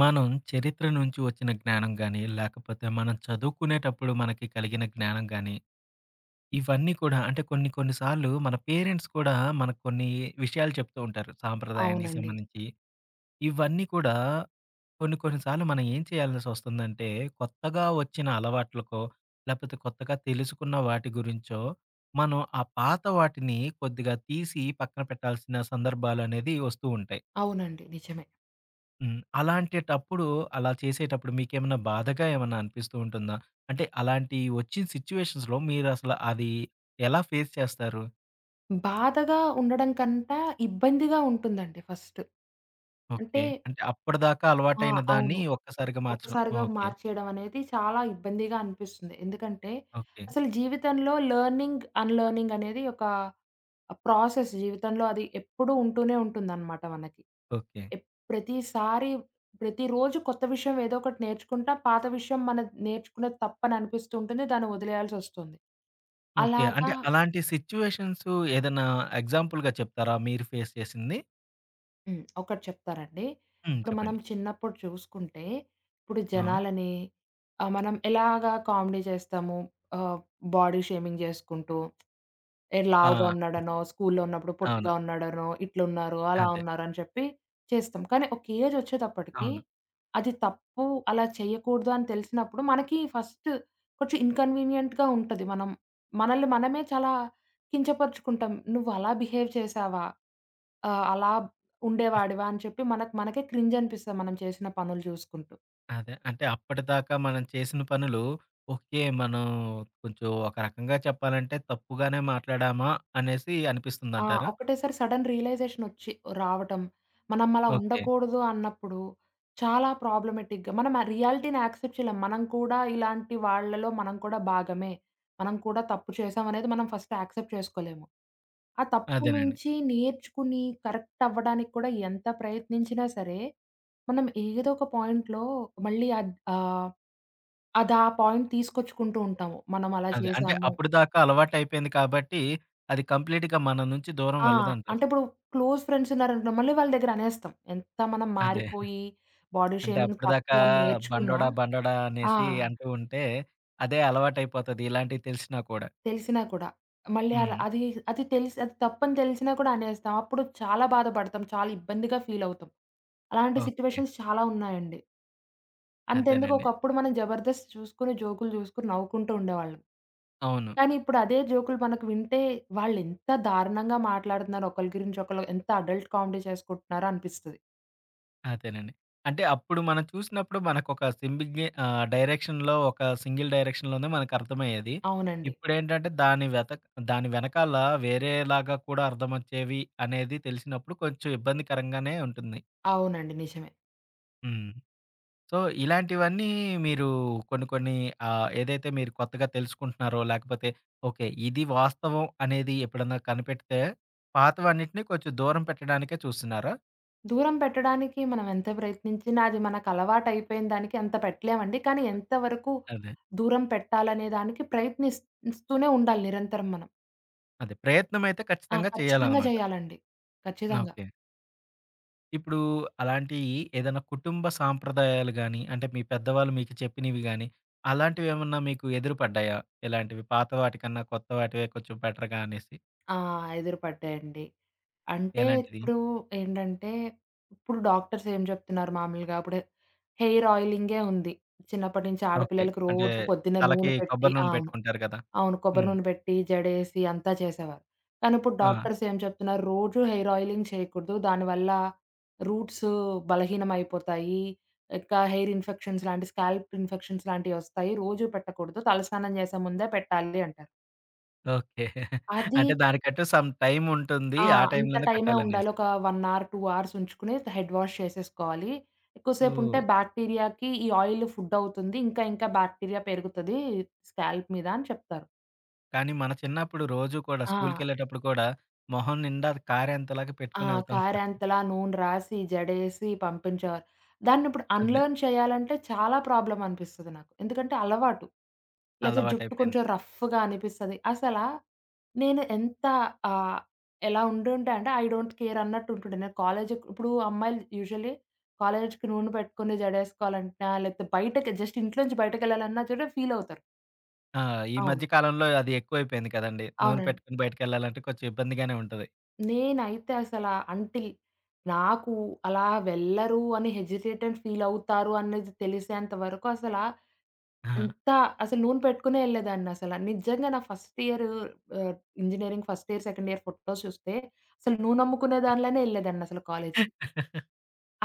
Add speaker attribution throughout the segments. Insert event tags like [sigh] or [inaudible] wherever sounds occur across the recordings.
Speaker 1: మనం చరిత్ర నుంచి వచ్చిన జ్ఞానం గాని, లేకపోతే మనం చదువుకునేటప్పుడు మనకి కలిగిన జ్ఞానం గాని, ఇవన్నీ కూడా అంటే కొన్ని కొన్ని సార్లు మన పేరెంట్స్ కూడా మనకు కొన్ని విషయాలు చెప్తూ ఉంటారు సాంప్రదాయానికి
Speaker 2: అవునండి.
Speaker 1: సంబంధించి. ఇవన్నీ కూడా కొన్ని కొన్ని సార్లు మనం ఏం చేయాల్సొస్తుందంటే, కొత్తగా వచ్చిన అలవాట్లకో, లేకపోతే కొత్తగా తెలుసుకున్న వాటి గురించో, మనం ఆ పాత వాటిని కొద్దిగా తీసి పక్కన పెట్టాల్సిన సందర్భాలనేది వస్తూ ఉంటాయి.
Speaker 2: అవునండి. నిజమే.
Speaker 1: హ్మ్. అలాంటేటప్పుడు, అలా చేసేటప్పుడు మీకేమన్నా బాధగా ఏమన్నా అనిపిస్తూ ఉంటుందా? అంటే అలాంటి వచ్చిన సిట్యుయేషన్స్‌లో మీరసల అది ఎలా ఫేస్ చేస్తారు?
Speaker 2: బాధగా ఉండడం కంటా ఇబ్బందిగా ఉంటుందండి ఫస్ట్. అంటే
Speaker 1: ఓకే. అంటే అప్పటిదాకా
Speaker 2: ఆ!
Speaker 1: అలవాటైన దాన్ని
Speaker 2: అవును.
Speaker 1: ఒక్కసారిగా మార్చడం.
Speaker 2: ఒక్కసారిగా
Speaker 1: ఓకే.
Speaker 2: మార్చేయడం అనేది చాలా ఇబ్బందిగా అనిపిస్తుంది. ఎందుకంటే
Speaker 1: ఓకే.
Speaker 2: అసలు జీవితంలో లెర్నింగ్, అన్‌లెర్నింగ్ అనేది ఒక ప్రాసెస్. జీవితంలో అది ఎప్పుడూ ఉంటూనే ఉంటుందన్నమాట మనకి.
Speaker 1: ఓకే.
Speaker 2: ఎప్ ప్రతిసారి ప్రతిరోజు కొత్త విషయం ఏదో ఒకటి నేర్చుకుంటా పాత విషయం మనం నేర్చుకున్నది తప్పని అనిపిస్తూ ఉంటుంది. దాన్ని వదిలేయాల్సొస్తుంది.
Speaker 1: ఓకే,
Speaker 2: అలాగా.
Speaker 1: అంటే అలాంటి సిట్యుయేషన్స్ ఏదన్నా ఎగ్జాంపుల్‌గా చెప్తారా మీరు ఫేస్ చేసింది?
Speaker 2: హ్మ్. ఒకటి చెప్తానండి.
Speaker 1: హ్మ్,
Speaker 2: ఇప్పుడు మనం
Speaker 1: చెప్పండి.
Speaker 2: చిన్నప్పుడు చూసుకుంటే, ఇప్పుడు
Speaker 1: ఆ!
Speaker 2: జనాలని మనం ఎలాగా కామెడీ చేస్తాము. ఆహ్, బాడీ షేమింగ్ చేసుకుంటూ ఏ లావుగా
Speaker 1: ఆ!
Speaker 2: ఉన్నాడనో, స్కూల్లో ఉన్నప్పుడు
Speaker 1: అవును.
Speaker 2: పొట్టిగా ఉన్నాడనో, ఇట్లున్నారు, అలా
Speaker 1: అదే.
Speaker 2: ఉన్నారు అని చెప్పి చేస్తాం. కానీ ఒక ఏజ్ వచ్చేటప్పటికి
Speaker 1: అవును.
Speaker 2: అది తప్పు, అలా చేయకూడదు అని తెలిసినప్పుడు మనకి ఫస్ట్ కొంచెం ఇన్కన్వీనియంట్‌గా ఉంటది. మనం మనల్ని మనమే చాలా కించపరుచుకుంటాం. "నువ్వు అలా బిహేవ్ చేసావా? అలా ఉండేవాడివా" అని చెప్పి మనకు మనకే క్రింజ్ అనిపిస్తది మనం చేసిన పనులు చూసుకుంటూ.
Speaker 1: అదే. అంటే అప్పటిదాకా మనం చేసిన పనులు, ఓకే, మనం కొంచెం ఒక రకంగా చెప్పాలంటే తప్పుగానే మాట్లాడామా అనేసి
Speaker 2: ఆ!
Speaker 1: అనిపిస్తుందంటారా?
Speaker 2: ఒకటేసారి సడెన్ రియలైజేషనొచ్చి రావటం, మనం అలా
Speaker 1: ఓకే.
Speaker 2: ఉండకూడదు అన్నప్పుడు చాలా ప్రాబ్లమాటిక్‌గా మనం ఆ రియాలిటీని యాక్సెప్ట్ చేయలేం. మనం కూడా ఇలాంటి వాళ్ళలో మనం కూడా భాగమే. మనం కూడా తప్పు చేశామనేది మనం ఫస్ట్ యాక్సెప్ట్ చేసుకోలేము. ఆ తప్పు
Speaker 1: అదేనండి.
Speaker 2: నుంచి నేర్చుకుని కరెక్ట్ అవ్వడానికి కూడా ఎంత ప్రయత్నించినా సరే, మనం ఏదో ఒక పాయింట్‌లో మళ్ళీ అదా పాయింట్ తీసుకొచ్చుకుంటూ ఉంటాము. మనం అలా
Speaker 1: అదే, అంటే
Speaker 2: చేశాము.
Speaker 1: అప్పటిదాకా అలవాటయిపోయింది కాబట్టి అది కంప్లీట్‌గా మన నుంచి దూరం
Speaker 2: ఆ!
Speaker 1: వెళ్ళదంటారు.
Speaker 2: అంటే ఇప్పుడు క్లోజ్ ఫ్రెండ్స్ ఉన్నారనుకో, మళ్ళీ వాళ్ళ దగ్గర అనేస్తాం. ఎంత మనం
Speaker 1: అదే,
Speaker 2: మారిపోయి బాడీ
Speaker 1: అంటే
Speaker 2: షేమింగ్
Speaker 1: అప్పటిదాకా
Speaker 2: తప్పు అని నేర్చుకున్నా.
Speaker 1: బండోడా, బండోడా
Speaker 2: ఆ!
Speaker 1: అనేసి అంటూ ఉంటే అదే అలవాటయిపోతది ఇలాంటివి తెలిసినా కూడా.
Speaker 2: తెలిసినా కూడా. మళ్ళీ అలా
Speaker 1: హ్మ్.
Speaker 2: అది అది తెలిసి అది తప్పని తెలిసినా కూడా అనేస్తాం. అప్పుడు చాలా బాధపడతాం. చాలా ఇబ్బందిగా ఫీల్ అవుతాం. అలాంటి
Speaker 1: ఓకే.
Speaker 2: సిట్యుయేషన్స్ చాలా ఉన్నాయండి. అంతెందుకు
Speaker 1: అదేనండి.
Speaker 2: ఒకప్పుడు మనం జబర్దస్త్ చూసుకొని, జోకులు చూసుకొని నవ్వుకుంటూ ఉండేవాళ్ళం.
Speaker 1: అవును.
Speaker 2: కానీ ఇప్పుడు అదే జోకులు మనకు వింటే వాళ్ళెంత దారుణంగా మాట్లాడుతున్నారు, ఒకళ్ళ గురించి ఒకళ్ళు ఎంత అడల్ట్ కామెడీ చేసుకుంటున్నారో అనిపిస్తది.
Speaker 1: అదేనండి, అంటే అప్పుడు మనం చూసినప్పుడు మనకొక సింబిగే డైరెక్షన్‌లో ఒక సింగిల్ డైరెక్షన్‌లోనే మనకర్థమయ్యేది.
Speaker 2: అవునండి.
Speaker 1: ఇప్పుడేంటంటే దాని వెనకాల వేరేలాగా కూడా అర్థమొచ్చేవి అనేది తెలిసినప్పుడు కొంచెం ఇబ్బందికరంగానే ఉంటుంది.
Speaker 2: అవునండి. నిజమే.
Speaker 1: హ్మ్. సో, ఇలాంటివన్నీ మీరు కొన్ని కొన్ని ఏదైతే మీరు కొత్తగా తెలుసుకుంటున్నారో లేకపోతే ఓకే, ఇది వాస్తవం అనేది ఎప్పుడన్నా కనిపెడితే పాతవన్నిటిని కొంచెం దూరం పెట్టడానికే చూస్తున్నారా?
Speaker 2: దూరం పెట్టడానికి మనం ఎంత ప్రయత్నించినా అది మనకలవాటయిపోయిన దానికి అంత పెట్టలేమండి. కానీ ఎంత వరకు
Speaker 1: అదే.
Speaker 2: దూరం పెట్టాలనే దానికి ఇస్తూనే ఉండాలి నిరంతరం మనం.
Speaker 1: అదే, ప్రయత్నమైతే
Speaker 2: ఆ!
Speaker 1: ఖచ్చితంగా
Speaker 2: ఖచ్చితంగా
Speaker 1: చేయాలనమాట.
Speaker 2: చేయాలండి. ఖచ్చితంగా.
Speaker 1: ఓకే. ఇప్పుడు అలాంటియి ఏదైనా కుటుంబ సాంప్రదాయాలు గాని, అంటే మీ పెద్దవాళ్ళు మీకు చెప్పినవి గాని, అలాంటివేమన్నా మీకు ఎదురుపడ్డాయా? ఇలాంటివి పాత వాటికన్నా కొత్త వాటివే కొంచెం బెటర్‌గా అనేసి.
Speaker 2: ఆ! ఎదురుపడ్డాయండి. అంటే
Speaker 1: ఎలాంటిది?
Speaker 2: ఇప్పుడు ఏంటంటే, ఇప్పుడు డాక్టర్స్ ఏం చెప్తున్నారు మామూలుగా ఇప్పుడు హెయిర్ ఆయిలింగే ఉంది. చిన్నప్పటి నుంచి
Speaker 1: ఓకే,
Speaker 2: ఆడపిల్లలకి
Speaker 1: అంటే
Speaker 2: రోజు పొద్దున్న
Speaker 1: తలకి
Speaker 2: నూనె పెట్టి
Speaker 1: కొబ్బరి
Speaker 2: ఆ,
Speaker 1: నూనె
Speaker 2: అవును.
Speaker 1: పెట్టుకుంటారు కదా!
Speaker 2: అవును. కొబ్బరి
Speaker 1: హ్మ్.
Speaker 2: నూనె పెట్టి, జడేసి అంతా చేసేవారు. కానీ ఇప్పుడు
Speaker 1: ఆ!
Speaker 2: డాక్టర్స్ ఏం చెప్తున్నారు, రోజు హెయిర్ ఆయిలింగ్ చేయకూడదు. దానివల్ల రూట్స్ బలహీనమైపోతాయి. ఇంకా హెయిర్ ఇన్ఫెక్షన్స్ లాంటి స్కాల్ప్ ఇన్ఫెక్షన్స్ లాంటివొస్తాయి. రోజు పెట్టకూడదు. తలస్నానం చేసే ముందే పెట్టాలి అంటారు.
Speaker 1: ఓకే,
Speaker 2: అది
Speaker 1: అంటే దానికంటూ సమ్ టైముంటుంది.
Speaker 2: ఆ!
Speaker 1: ఆ
Speaker 2: ఇంత
Speaker 1: టైంలోనే
Speaker 2: టైమే ఉండాలి.
Speaker 1: పెట్టాలనేసి.
Speaker 2: ఒక 1 అవర్, 2 అవర్స్ ఉంచుకుని హెడ్ వాష్ చేసేసుకోవాలి. ఎక్కువసేపు ఉంటే
Speaker 1: ఓహ్!
Speaker 2: బ్యాక్టీరియాకి ఈ ఆయిల్ ఫుడ్ అవుతుంది. ఇంకా ఇంకా బ్యాక్టీరియా పెరుగుతది స్కాల్ప్ మీద అని చెప్తారు.
Speaker 1: కానీ మన చిన్నప్పుడు రోజు కూడా
Speaker 2: ఆ!
Speaker 1: స్కూలుకెళ్ళేటప్పుడు కూడా మొహం నిండా అది కారేంతలాగా
Speaker 2: ఆ!
Speaker 1: పెట్టుకొనెళ్తాం కదా!
Speaker 2: కారేంతలా నూనె రాసి, జడేసి పంపించేవారు. దాన్నిప్పుడు
Speaker 1: అదే.
Speaker 2: అన్‌లెర్న్ చేయాలంటే చాలా ప్రాబ్లమ్ అనిపిస్తది నాకు. ఎందుకంటే అలవాటు. లేదా జుట్టు
Speaker 1: అలవాటైపోయింది.
Speaker 2: కొంచెం రఫ్‌గా అనిపిస్తది. అసలా నేను ఎంత ఆహ్, ఎలా ఉండుంటే అంటే ఐ డోంట్ కేర్ అన్నట్టు ఉంటుండే. నేను కాలేజీకి ఇప్పుడు అమ్మాయిలు యూజువల్లీ కాలేజీకి నూనె పెట్టుకొని జడేసుకోవాలంటున్నా, లేకపోతే బయటకి జస్ట్ ఇంట్లో నుంచి బయటకెళ్ళాలన్నా కూడా ఫీల్ అవుతారు.
Speaker 1: ఆ! ఈ
Speaker 2: అవును.
Speaker 1: మధ్య కాలంలో అది ఎక్కువైపోయింది కదండీ. నూనె
Speaker 2: అవునండి.
Speaker 1: పెట్టుకొని బయటికెళ్ళాలంటే కొంచెం ఇబ్బందిగానే ఉంటది.
Speaker 2: నేనైతే అసల అంటిల్ నాకు అలా వెళ్ళరు అని హెజిటేట్ అండ్ ఫీల్ అవుతారు అనేది తెలిసేంత వరకు అసల
Speaker 1: [laughs] ఆహా!
Speaker 2: ఎంత అసలు నూనె పెట్టుకునే ఎళ్ళేదాన్నసల. నిజంగా నా ఫస్ట్ ఇయర్ ఆహ్, engineering first year, second year photos చూస్తే అసలు నూనమ్ముకునే దానిలోనే ఎళ్ళేదాన్నసలు కాలేజ్‌కి.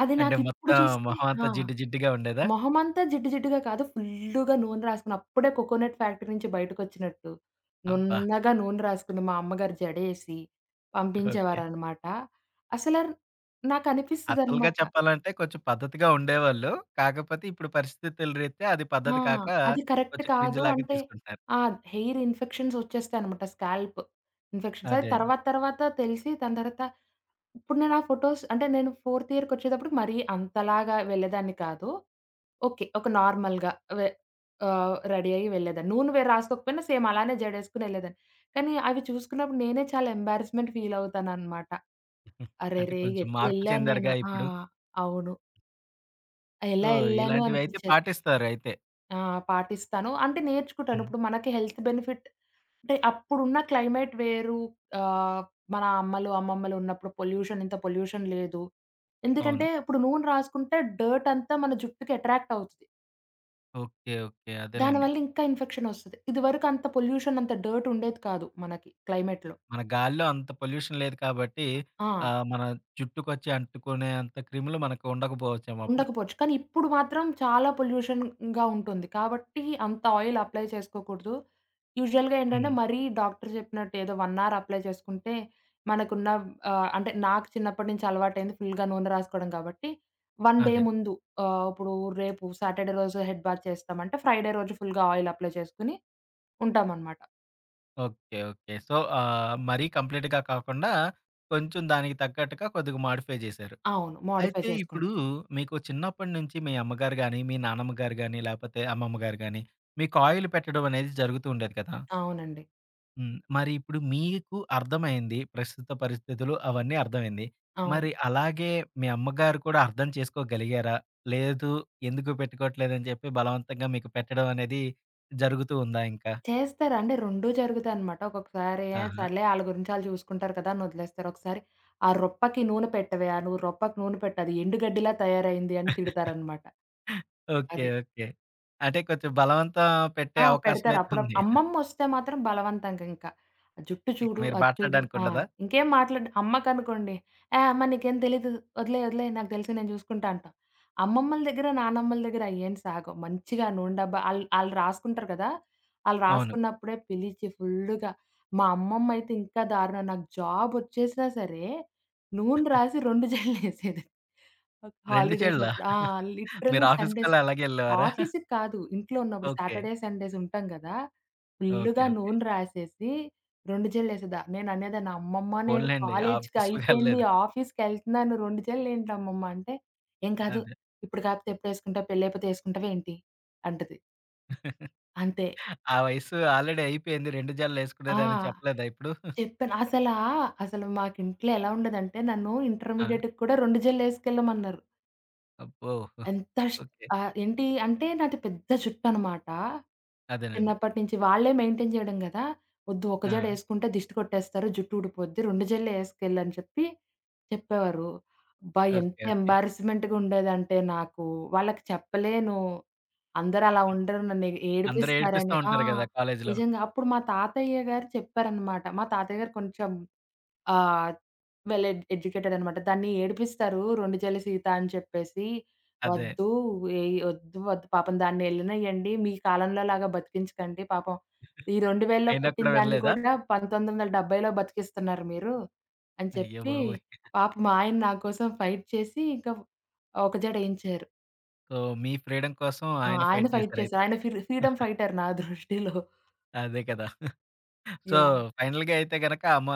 Speaker 2: అది
Speaker 1: అంటే
Speaker 2: నాకిప్పుడు
Speaker 1: మొత్తం
Speaker 2: చూస్తే
Speaker 1: మొహం అంతా
Speaker 2: ఆ!
Speaker 1: జిడ్డు జిడ్డుగా ఉండేదా?
Speaker 2: మొహమంతా జిడ్డు జిడ్డుగా కాదు. ఫుల్లుగా నూనె రాసుకుని అప్పుడే కోకోనట్ ఫ్యాక్టరీ నుంచి బయటకొచ్చినట్టు
Speaker 1: అబ్బా!
Speaker 2: నున్నగా నూనె రాసుకుని మా అమ్మగారు జడేసి
Speaker 1: ఓకే.
Speaker 2: పంపించేవారనమాట. అసల
Speaker 1: అసలుగా
Speaker 2: నాకనిపిస్తదనమాట.
Speaker 1: చెప్పాలంటే కొంచెం పద్ధతిగా ఉండేవాళ్ళు. కాకపోతే ఇప్పుడు పరిస్థితుల రీత్యా అది
Speaker 2: ఆ!
Speaker 1: పద్ధతి కాక
Speaker 2: అది కరెక్ట్
Speaker 1: కొంచెం
Speaker 2: కాదు
Speaker 1: క్రింజ్‌లాగా
Speaker 2: అంటే.
Speaker 1: తీసుకుంటున్నారు.
Speaker 2: ఆ! హెయిర్ ఇన్ఫెక్షన్స్ వచ్చేస్తాయనమాట. Scalp infections. అది
Speaker 1: అదే అండి.
Speaker 2: తర్వాత తర్వాత తెలిసి దాని తర్వాత ఇప్పుడు నేను ఆ ఫోటోస్, అంటే నేను ఫోర్త్ ఇయర్‌కొచ్చేటప్పటికి మరీ అంతలాగా వెళ్ళేదాన్ని కాదు. ఓకే. ఒక నార్మల్‌గా వె రెడీ అయ్యి వెళ్ళేదాన్ని. నూనె వే రాసుకోకపోయినా సేమ్ అలానే జడేసుకొని వెళ్ళేదాన్ని. కానీ అవి చూసుకున్నప్పుడు నేనే చాలా ఎంబారస్మెంట్ ఫీల్ అవుతాననమాట.
Speaker 1: అంటే
Speaker 2: అరెరే!
Speaker 1: కొంచెం మార్పు
Speaker 2: ఎట్లెళ్ళాను నేను.
Speaker 1: చెందారుగా
Speaker 2: ఆ!
Speaker 1: ఇప్పుడు.
Speaker 2: అవును.
Speaker 1: సో,
Speaker 2: ఎలా ఎళ్ళాను
Speaker 1: ఇలాంటివైతే
Speaker 2: అనిపిచ్చేది.
Speaker 1: పాటిస్తారయితే.
Speaker 2: ఆ! పాటిస్తాను. అంటే నేర్చుకుంటాను.
Speaker 1: హ్మ్.
Speaker 2: ఇప్పుడు మనకి హెల్త్ బెనిఫిట్. అంటే అప్పుడున్న క్లైమేట్ వేరు. ఆహ్, మన అమ్మలు, అమ్మమ్మలు ఉన్నప్పుడు పొల్యూషన్ ఇంత పొల్యూషన్ లేదు.
Speaker 1: అవును.
Speaker 2: ఎందుకంటే ఇప్పుడు నూనె రాసుకుంటే డర్ట్ అంతా మన జుట్టుకి అట్రాక్ట్ అవుతది.
Speaker 1: ఓకే. ఓకే. అదేలెండి.
Speaker 2: దానివల్ల ఇంకా ఇన్ఫెక్షన్ ఒస్తది. ఇదివరకు అంత పొల్యూషన్ అంత డర్ట్ ఉండేది కాదు మనకి క్లైమేట్‌లో.
Speaker 1: మన గాలిలో అంత పొల్యూషన్ లేదు కాబట్టి
Speaker 2: ఆ!
Speaker 1: మన జుట్టుకొచ్చి అంటుకునే అంత క్రిములు మనకు ఉండకపోవచ్చేమో అప్పుడు.
Speaker 2: ఉండకపోవచ్చు. కానీ ఇప్పుడు మాత్రం చాలా పొల్యూషన్‌గా ఉంటుంది. కాబట్టి అంత ఆయిల్ అప్లై చేసుకోకూడదు. యూజువల్‌గా ఏంటంటే
Speaker 1: హ్మ్.
Speaker 2: మరీ డాక్టర్ చెప్పినట్టు ఏదో 1 అవర్ అప్లై చేసుకుంటే మనకున్న అంటే నాకు చిన్నప్పటి నుంచి అలవాటయింది ఫుల్‌గా నూనె రాసుకోవడం కాబట్టి 1 డే
Speaker 1: అదే.
Speaker 2: ముందు ఇప్పుడు రేపు సాటర్‌డే రోజు హెడ్ బాత్ చేస్తామంటే ఫ్రైడే రోజు ఫుల్‌గా ఆయిల్ అప్లై చేసుకొని ఉంటామనమాట.
Speaker 1: ఓకే. ఓకే. సో, మరీ కంప్లీట్‌గా కాకుండా కొంచెం దానికి తగ్గట్టుగా కొద్దిగా మోడిఫై జేశారు.
Speaker 2: అవును. మోడిఫై
Speaker 1: అయితే ఇప్పుడు
Speaker 2: చేసుకుంటాం.
Speaker 1: మీకు చిన్నప్పటి నుంచి మీ అమ్మగారు గాని, మీ నానమ్మ గారు గాని, లేపోతే అమ్మమ్మ గారు గాని మీకు ఆయిల్ పెట్టడం అనేది జరుగుతూ ఉండేది కదా!
Speaker 2: అవునండి.
Speaker 1: హ్మ్. మరి ఇప్పుడు మీకు అర్థమైంది. ప్రస్తుత పరిస్థితులు అవన్నీ అర్థమైంది.
Speaker 2: అవును.
Speaker 1: మరి అలాగే మీ అమ్మగారు కూడా అర్థం చేసుకోగలిగారా? లేదు, ఎందుకు పెట్టుకోవట్లేదని చెప్పి బలవంతంగా మీకు పెట్టడం అనేది జరుగుతూ ఉందా ఇంకా?
Speaker 2: చేస్తారు. అంటే 2 జరుగుతాయనమాట. ఒక్కొక్కసారి "ఏ
Speaker 1: ఆహా!
Speaker 2: సర్లే, ఆళ్ళ గురించి ఆళ్ళు చూసుకుంటారు కదా" అని వదిలేస్తారు. ఒకసారి "ఆ రొప్పకి నూనె పెట్టవే, ఆ రొప్పకి నూనె పెట్టు, అది ఎండుగడ్డిలా తయారైంది" అని తిడతారనమాట.
Speaker 1: ఓకే.
Speaker 2: అది.
Speaker 1: ఓకే. అంటే కొంచెం బలవంతం పెట్టే
Speaker 2: ఆ!
Speaker 1: అవకాశం
Speaker 2: పెడతారు.
Speaker 1: అయితే ఉంది.
Speaker 2: అమ్మమ్మొస్తే మాత్రం బలవంతంగింక. "ఆ జుట్టు
Speaker 1: ఇక
Speaker 2: చూడు,
Speaker 1: మీరు
Speaker 2: అది చూడు".
Speaker 1: మాట్లాడడానికి
Speaker 2: ఆ!
Speaker 1: ఉండదా?
Speaker 2: ఇంకేం మాట్లాడ, అమ్మకనుకోండి, "ఏ అమ్మ నీకేం తెలీదు. వదిలేయి, వదిలేయి, నాకు తెలుసు నేను చూసుకుంటా" అంటాం. అమ్మమ్మల దగ్గర, నానమ్మల దగ్గర అయ్యేం సాగవు. మంచిగా నూనె డబ్బా ఆళ్ళు ఆళ్ళు రాసుకుంటారు కదా! ఆళ్ళు
Speaker 1: అవును.
Speaker 2: రాసుకున్నప్పుడే పిలిచి ఫుల్లుగా మా అమ్మమ్మయితే ఇంకా దారుణం. నాకు జాబొచ్చేసినా సరే, నూనె రాసి 2 జడలేసేది.
Speaker 1: 2 చేడులా?
Speaker 2: హాలిడేసప్పుడు. ఆ!
Speaker 1: మీరు
Speaker 2: లిటరల్లీ సండేస్
Speaker 1: ఆఫీస్‌కల్లా అలాగే ఎళ్ళేవారా?
Speaker 2: ఆఫీస్‌కి కాదు. ఇంట్లో ఉన్నప్పుడు
Speaker 1: ఓకే.
Speaker 2: సాటర్‌డే, సండేస్ ఉంటాం గదా!
Speaker 1: ఓకే.
Speaker 2: ఫుల్లుగా
Speaker 1: ఓకే.
Speaker 2: నూనె రాసేసి 2 జల్లేసేదా. నేననేదాన్ని, "అమ్మమ్మ నేను
Speaker 1: పోన్లేండి,
Speaker 2: కాలేజ్‌కి
Speaker 1: ఆఫీస్‌లకి
Speaker 2: అయిపోయింది.
Speaker 1: ఎళ్ళలేదు.
Speaker 2: ఆఫీస్‌కెళ్తున్నాను. 2 జల్లేంటి అమ్మమ్మ" అంటే, "ఏం కాదు.
Speaker 1: అదే.
Speaker 2: ఇప్పుడు కాకపోతే ఎప్పుడేసుకుంటావు? పెళ్లయిపోతే ఏసుకుంటావేంటి?" అంటది. అంతే.
Speaker 1: ఆ వయసు ఆల్రెడీ అయిపోయింది. 2
Speaker 2: ఆ!
Speaker 1: జడలేసుకునేదాన్ని చెప్పలేదా ఇప్పుడు?
Speaker 2: చెప్పాను. అసలా అసలు మాకింట్లో ఎలా ఉండేదంటే, నన్ను
Speaker 1: ఆ!
Speaker 2: ఇంటర్మీడియేట్‌కి కూడా 2 జల్లేసుకెళ్ళమన్నారు.
Speaker 1: అబ్బో!
Speaker 2: ఎంత ష్
Speaker 1: ఓకే.
Speaker 2: ఏంటి అంటే నాది పెద్ద జుట్టనమాట.
Speaker 1: అదేనండి.
Speaker 2: చిన్నప్పటి నుంచి వాళ్ళే మెయింటైన్ చేయడం గదా! "వద్దు, ఒక
Speaker 1: ఆ!
Speaker 2: జడేసుకుంటే దిష్టి కొట్టేస్తారు. జుట్టు ఊడిపోద్ది. 2 జడలే ఏసుకెళ్ళు" అని చెప్పేవారు. అబ్బా! ఎంత
Speaker 1: ఓకే. ఓకే.
Speaker 2: ఎంబారస్మెంట్‌గా ఉండేదంటే నాకు. వాళ్ళకి చెప్పలేను. అందరూ అలా ఉండరు. నన్ను
Speaker 1: అందరూ ఏడిపిస్తా
Speaker 2: ఏడిపిస్తారని. ఆ!
Speaker 1: ఉంటారు గదా కాలేజీలో.
Speaker 2: నిజంగా. అప్పుడు మా తాతయ్య గారు చెప్పారనమాట. మా తాతయ్య గారు కొంచెం ఆహ్, వెల్ ఎడ్యుకేటెడ్ అనమాట. దాన్ని ఏడిపిస్తారు, 'రెండు చెల్లి సీత' అని చెప్పేసి.
Speaker 1: అదే.
Speaker 2: "వద్దు, ఏయి వద్దు, వద్దు, పాపం దాన్ని ఎళ్ళనియ్యండి. మీ కాలంలో లాగా బతికించకండి. పాపం ఈ 2000లో
Speaker 1: అయినా
Speaker 2: పుట్టిన
Speaker 1: కూడా
Speaker 2: దాన్ని
Speaker 1: వినలేదా?
Speaker 2: కూడా 1970లో బతికిస్తున్నారు మీరు" అని
Speaker 1: అయ్య
Speaker 2: చెప్పి,
Speaker 1: బాబోయ్!
Speaker 2: పాపం మా ఆయన నా కోసం ఫైట్ చేసి ఇంకా ఒక జడ ఏయించారు.
Speaker 1: సో, మీ ఫ్రీడమ్ కోసం
Speaker 2: ఆ!
Speaker 1: ఆయన
Speaker 2: ఆయన
Speaker 1: ఫైట్
Speaker 2: ఫైట్ చేశారు.
Speaker 1: చేసారయితే.
Speaker 2: ఆయన ఫ్రీడమ్ ఫైటర్ నా దృష్టిలో.
Speaker 1: అదే కదా! So,
Speaker 2: yeah!
Speaker 1: ఫైనల్‌గా అయితే గనక అమ్మ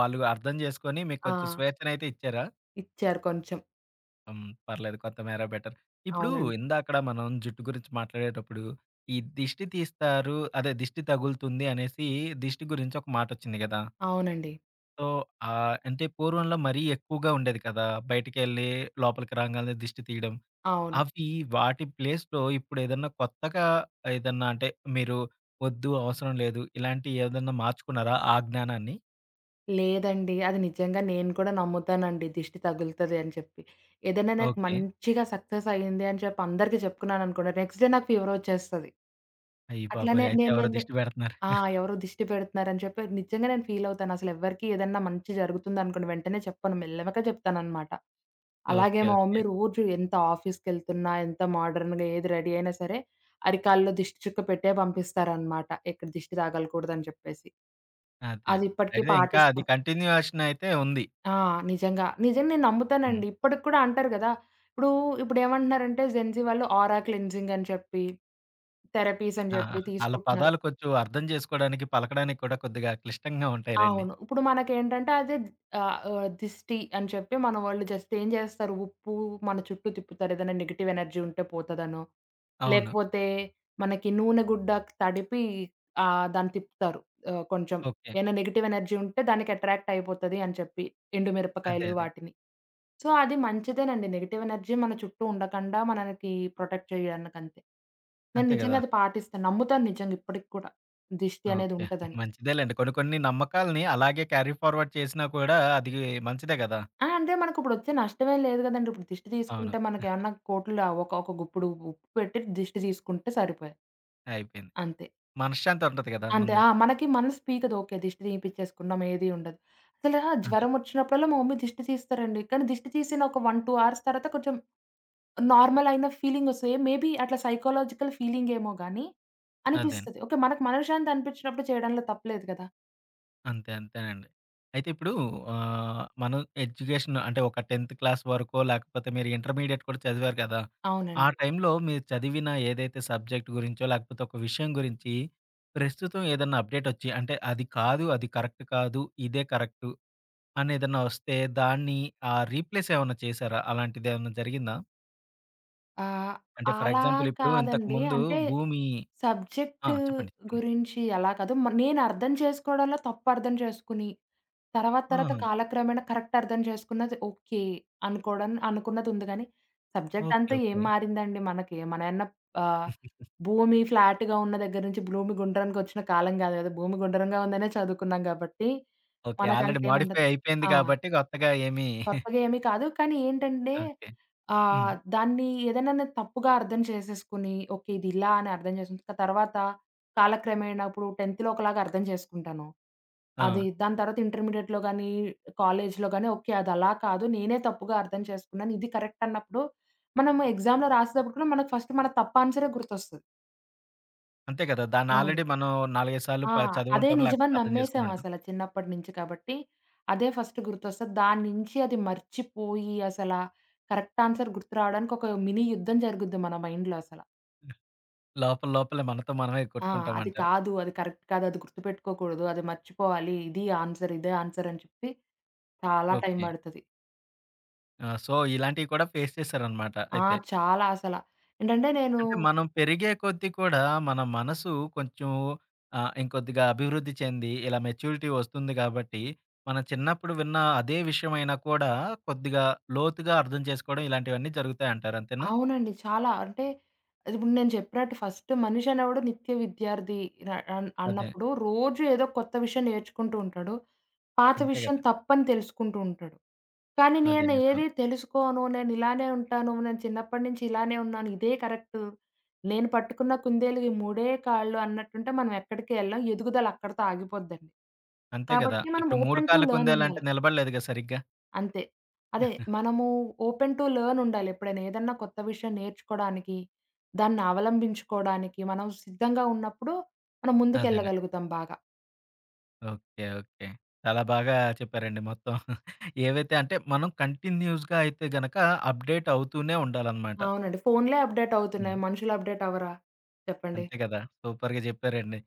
Speaker 1: వాళ్ళు అర్థం జేసుకొని మీకు
Speaker 2: ఆ!
Speaker 1: కొంచెం స్వేచ్ఛనయితే ఇచ్చారా?
Speaker 2: ఇచ్చారు కొంచెం.
Speaker 1: హ్మ్. పర్లేదు. కొత్తిమీర బెటర్. ఇప్పుడు
Speaker 2: అవునండి.
Speaker 1: ఇందాకడ మనం జుట్టు గురించి మాట్లాడేటప్పుడు, ఈ దిష్టి తీస్తారు, అదే దిష్టి తగులుతుంది అనేసి దిష్టి గురించి ఒక మాటొచ్చింది గదా!
Speaker 2: అవునండి.
Speaker 1: సో, అంటే పూర్వంలో మరీ ఎక్కువగా ఉండేది కదా! బయటికెళ్ళి లోపలికి రాంగాల్నే దిష్టి తీయడం.
Speaker 2: అవును.
Speaker 1: అవి వాటి ప్లేస్‌లో ఇప్పుడేదన్నా కొత్తగా ఏదన్నా అంటే మీరు వద్దు, అవసరం లేదు ఇలాంటివి ఏదన్నా మార్చుకున్నారా ఆ జ్ఞానాన్ని?
Speaker 2: లేదండి. అది నిజంగా నేను కూడా నమ్ముతానండి, దిష్టి తగులుతది అని చెప్పి. ఏదైనా నాకు
Speaker 1: ఓకే.
Speaker 2: మంచిగా సక్సెస్ అయింది అని చెప్పి అందరికి చెప్పుకున్నాననుకోండి, నెక్స్ట్ డే నాకు ఫీవరొచ్చేస్తది.
Speaker 1: అయ్య
Speaker 2: అట్లానే
Speaker 1: బాబోయ్! అయితే
Speaker 2: నేను
Speaker 1: ఎవరో
Speaker 2: నేనే
Speaker 1: దిష్టి పెడుతున్నారు.
Speaker 2: ఆ! ఎవరో దిష్టి పెడుతున్నారని చెప్పి నిజంగా నేను ఫీలవుతాను. అసలెవ్వరికీ ఏదన్నా మంచి జరుగుతుందనుకోండి వెంటనే చెప్పను. మెల్లగా చెప్తాననమాట. అలాగే
Speaker 1: ఓకే.
Speaker 2: మా
Speaker 1: ఓకే.
Speaker 2: మమ్మీ రోజు ఎంత ఆఫీస్‌కెళ్తున్నా, ఎంత మోడర్న్‌గా ఏది రెడీ అయినా సరే, అరికాల్లో దిష్టి చుక్క పెట్టే పంపిస్తారనమాట. ఎక్కడ దిష్టి తగలకూడదని చెప్పేసి.
Speaker 1: అదే.
Speaker 2: అది ఇప్పటికి
Speaker 1: అయితే ఇంకా అది
Speaker 2: పాటిస్తాం.
Speaker 1: కంటిన్యూయేషన్ అయితే ఉంది.
Speaker 2: ఆ! నిజంగా. నిజంగా నేను
Speaker 1: హ్మ్.
Speaker 2: నమ్ముతానండి. ఇప్పటికి కూడా అంటారు గదా! ఇప్పుడు ఇప్పుడేమంటున్నారంటే జెన్‌జీ వాళ్ళు ఆరా క్లెన్జింగ్ అని చెప్పి, థెరపీస్ అని
Speaker 1: ఆ!
Speaker 2: జెప్పి
Speaker 1: ఆళ్ళ
Speaker 2: తీసుకుంటున్నారు.
Speaker 1: పదాలు కొంచెం అర్థం చేసుకోవడానికి, పలకడానికి కూడా కొద్దిగా క్లిష్టంగా ఉంటాయిలెండి.
Speaker 2: అవును. ఇప్పుడు మనకేంటంటే అదే ఆహ్, ఆహ్, దిష్టి అని చెప్పి మన వాళ్ళు జస్ట్ ఏం జేస్తారు, ఉప్పు మన చుట్టూ తిప్పుతారు. ఏదైనా నెగెటివ్ ఎనర్జీ ఉంటే పోతదనో,
Speaker 1: అవును.
Speaker 2: లేకపోతే మనకి నూనె గుడ్డ తడిపి దాన్ని తిప్పుతారు. కొంచెం
Speaker 1: ఓకే.
Speaker 2: ఏమైనా నెగెటివ్ ఎనర్జీ ఉంటే దానికి అట్రాక్ట్ అయిపోతది అని చెప్పి ఎండు
Speaker 1: అదే.
Speaker 2: మిరపకాయలు
Speaker 1: అదే.
Speaker 2: వాటిని. సో, అది మంచిదేనండి. నెగెటివ్ ఎనర్జీ మన చుట్టూ ఉండకండా మనకి ప్రొటెక్ట్ చేయడానికంతే. నేను
Speaker 1: అంతే గదా!
Speaker 2: నిజంగా అది పాటిస్తాను. నమ్ముతాను నిజంగా ఇప్పటికి కూడా. దిష్టి అనేది
Speaker 1: ఓకే.
Speaker 2: ఉంటదని.
Speaker 1: మంచిదేలెండి. కొన్ని కొన్ని నమ్మకాల్ని అలాగే క్యారీ ఫార్వర్డ్ చేసినా కూడా అది మంచిదే గదా!
Speaker 2: ఆ! అంటే మనకిప్పుడొచ్చే నష్టమేం లేదు గదండీ. ఇప్పుడు దిష్టి
Speaker 1: అవును.
Speaker 2: తీసుకుంటే మనకేమన్నా కోట్లు, ఒక ఒక గుప్పుడు ఉప్పు పెట్టి దిష్టి తీసుకుంటే సరిపోయే.
Speaker 1: అయిపోయింది.
Speaker 2: అంతే.
Speaker 1: మనశ్శాంతి ఉంటది గదా
Speaker 2: అంతే.
Speaker 1: ముందు.
Speaker 2: ఆ! మనకి మనసు పీకదు. ఓకే. దిష్టి తీపిచ్చేసుకున్నాం, ఏది ఉండదు. అసలు
Speaker 1: అదే.
Speaker 2: జ్వరమొచ్చినప్పుడల్లా మా మమ్మీ దిష్టి తీస్తారండి. కానీ దిష్టి తీసిన ఒక 1, 2 అవర్స్ తర్వాత కొంచెం నార్మల్ అయిన ఫీలింగొస్తది. మేబీ అట్లా సైకలాజికల్ ఫీలింగేమో గాని
Speaker 1: అదే.
Speaker 2: అనిపిస్తది. ఓకే. మనకు మనశ్శాంతి అనిపించినప్పుడు చేయడంలో తప్పులేదు గదా!
Speaker 1: అంతే. అంతేనండి. అయితే ఇప్పుడు మనం ఎడ్యుకేషన్ అంటే ఒక 10థ్ క్లాస్ వరకో లేకపోతే మీరు ఇంటర్మీడియేట్ కూడా చదివారు కదా! ఆ
Speaker 2: అవునండి.
Speaker 1: టైంలో మీరు చదివిన ఏదైతే సబ్జెక్ట్ గురించో లేకపోతే ఒక విషయం గురించి ప్రస్తుతం ఏదన్నా అప్డేట్ ఒచ్చి అంటే అది కాదు, అది కరెక్ట్ కాదు, ఇదే కరెక్టు అని ఏదన్నా ఒస్తే దాన్ని రీప్లేస్ ఏమన్నా చేశారా? అలాంటిదేమన్నా జరిగిందా?
Speaker 2: ఆహ్,
Speaker 1: అంటే ఫర్
Speaker 2: అలా
Speaker 1: ఎగ్జాంపుల్ ఇప్పుడు
Speaker 2: కాదండి.
Speaker 1: ఇంతకుముందు
Speaker 2: అంటే
Speaker 1: భూమి. ఆ!
Speaker 2: సబ్జెక్ట్
Speaker 1: చెప్పండి. చెప్పండి.
Speaker 2: గురించి అలా కాదు. నేను అర్థం చేసుకోవడంలో తప్పు అర్థం చేసుకుని, తర్వాత తర్వాత
Speaker 1: ఆహా!
Speaker 2: కాలక్రమేణా కరెక్ట్ అర్థం చేసుకున్నది ఓకే అనుకోవడం అనుకున్నదుంది గానీ, సబ్జెక్ట్
Speaker 1: ఓకే.
Speaker 2: అంతా ఏం
Speaker 1: ఓకే.
Speaker 2: మారిందండి మనకి. మనయేమన్నా ఆహ్, భూమి ఫ్లాట్‌గా ఉన్న దగ్గర నుంచి భూమి గుండ్రంగొచ్చిన కాలం గాదు గదా! భూమి గుండ్రంగా ఉందనే చదువుకున్నాం గాబట్టి,
Speaker 1: ఓకే, ఆల్రెడీ మోడిఫై
Speaker 2: మనకంతేముండదు.
Speaker 1: అయిపోయింది
Speaker 2: ఆ!
Speaker 1: కాబట్టి కొత్తగా ఏమి [laughs]
Speaker 2: కొత్తగా ఏమి కాదు. కానీ ఏంటంటే
Speaker 1: ఓకే. హ్మ్.
Speaker 2: దాన్ని ఏదైనా నేను తప్పుగా అర్థం చేసేసుకొని, ఓకే, ఇది ఇలా అని అర్థం చేసుకుని తర్వాత కాలక్రమేణా ఇప్పుడు 10థ్‌లో ఒకలాగా అర్థం చేసుకుంటాను.
Speaker 1: ఆ!
Speaker 2: అది దాని తర్వాత ఇంటర్మీడియేట్‌లో గాని, కాలేజ్‌లో గాని ఓకే, అది అలా కాదు, నేనే తప్పుగా అర్థం చేసుకున్నాను, ఇది కరెక్ట్ అన్నప్పుడు మనం ఎగ్జామ్‌లో రాసేటప్పుడు కూడా మనకు ఫస్ట్ మన తప్పు ఆన్సరే గుర్తొస్తది.
Speaker 1: అంతే కదా! దాన్ని
Speaker 2: అవును.
Speaker 1: ఆల్రెడీ మనం 4, 5 సార్లు
Speaker 2: ఆ!
Speaker 1: ప
Speaker 2: అదే
Speaker 1: చదివుంటాం. లేకపోతే
Speaker 2: నిజమని
Speaker 1: అర్థం
Speaker 2: నమ్మేసాం
Speaker 1: చేసుకునుంటాం.
Speaker 2: అసల చిన్నప్పటి నుంచి కాబట్టి, అదే ఫస్ట్ గుర్తొస్తది. దాని నుంచి అది మర్చిపోయి అసల కరెక్ట్ ఆన్సర్ గుర్తు రావడానికి ఒక మినీ యుద్ధం జరుగుద్ది మన మైండ్‌లో అసల.
Speaker 1: లోపల లోపలే మనతో మనమే
Speaker 2: ఆ! అది
Speaker 1: కొట్టుకుంటామంటారు.
Speaker 2: కాదు, అది కరెక్ట్ కాదు, అది గుర్తుపెట్టుకోకూడదు, అది మర్చిపోవాలి, ఇది ఆన్సర్, ఇదే ఆన్సర్ అని చెప్పి చాలా టైం
Speaker 1: ఓకే.
Speaker 2: పడతది.
Speaker 1: ఆ! సో, ఇలాంటివి కూడా ఫేస్ చేశారనమాట
Speaker 2: ఆ!
Speaker 1: అయితే.
Speaker 2: చాలా అసల. ఏంటంటే నేను.
Speaker 1: అంటే మనం పెరిగే కొద్దీ కూడా మన మనసు కొంచెం ఇంకొద్దిగా అభివృద్ధి చెంది ఇలా మెచ్యూరిటీ వస్తుంది కాబట్టి, మనం చిన్నప్పుడు విన్న అదే విషయమైనా కూడా కొద్దిగా లోతుగా అర్థం చేసుకోవడం ఇలాంటివన్నీ జరుగుతాయంటారు. అంతేనా?
Speaker 2: అవునండి. చాలా, అంటే ఇప్పుడు నేను చెప్పినట్టు ఫస్ట్ మనిషి అనేవాడు నిత్య విద్యార్థి న అన్
Speaker 1: అదే.
Speaker 2: అన్నప్పుడు రోజు ఏదో కొత్త విషయం నేర్చుకుంటూ ఉంటాడు. పాత
Speaker 1: అంతే
Speaker 2: విషయం
Speaker 1: కదా!
Speaker 2: తప్పని తెలుసుకుంటూ ఉంటాడు. కానీ
Speaker 1: అదే
Speaker 2: నేను
Speaker 1: నిజం.
Speaker 2: ఏది తెలుసుకోను, నేను ఇలానే ఉంటాను, నేను చిన్నప్పటి నుంచి ఇలానే ఉన్నాను, ఇదే కరెక్టు, నేను పట్టుకున్న కుందేలుకి మూడే కాళ్ళు అన్నట్టుంటే మనం ఎక్కడికి ఎళ్ళం. ఎదుగుదల అక్కడితో ఆగిపోద్దండి.
Speaker 1: అంతే గదా!
Speaker 2: కాబట్టి మనం
Speaker 1: ఇప్పుడు 3
Speaker 2: ఓపెన్ టు
Speaker 1: కాళ్ళ
Speaker 2: లెర్న్
Speaker 1: కుందేలంటే
Speaker 2: ఉండాలి.
Speaker 1: నిలబడలేదు గదా సరిగ్గా.
Speaker 2: అంతే. అదే మనము ఓపెన్ టు లెర్న్ ఉండాలి. ఎప్పుడైనా ఏదన్నా కొత్త విషయం నేర్చుకోడానికి, దాన్ని అవలంబించుకోడానికి మనం సిద్ధంగా ఉన్నప్పుడు మనం
Speaker 1: అదేనండి.
Speaker 2: ముందుకెళ్ళగలుగుతాం బాగా.
Speaker 1: ఓకే. ఓకే. చాలా బాగా చెప్పారండి మొత్తం. ఏవైతే అంటే మనం కంటిన్యూయస్‌గా అయితే గనక అప్‌డేట్ అవుతూనే ఉండాలనమాట.
Speaker 2: అవునండి. ఫోన్‌లే అప్‌డేట్
Speaker 1: హ్మ్.
Speaker 2: అవుతున్నాయి. మనుషులు అప్‌డేట్ అవ్వరా? చెప్పండి.
Speaker 1: అంతే గదా! సూపర్‌గా చెప్పారండి.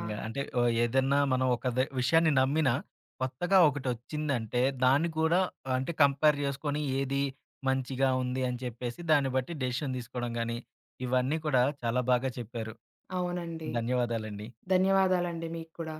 Speaker 2: ఆ!
Speaker 1: అంటే ఏదన్నా మనం ఒక ద విషయాన్ని నమ్మినా కొత్తగా ఒకటొచ్చిందంటే దాన్ని గూడా అంటే కంపేర్ జేసుకొని ఏది మంచిగా ఉంది అని చెప్పేసి దాన్ని బట్టి డెసిషన్ తీసుకోవడం గానీ, ఇవన్నీ కూడా చాలా బాగా చెప్పారు.
Speaker 2: అవునండి.
Speaker 1: ధన్యవాదాలండి.
Speaker 2: ధన్యవాదాలండి మీకు కూడా.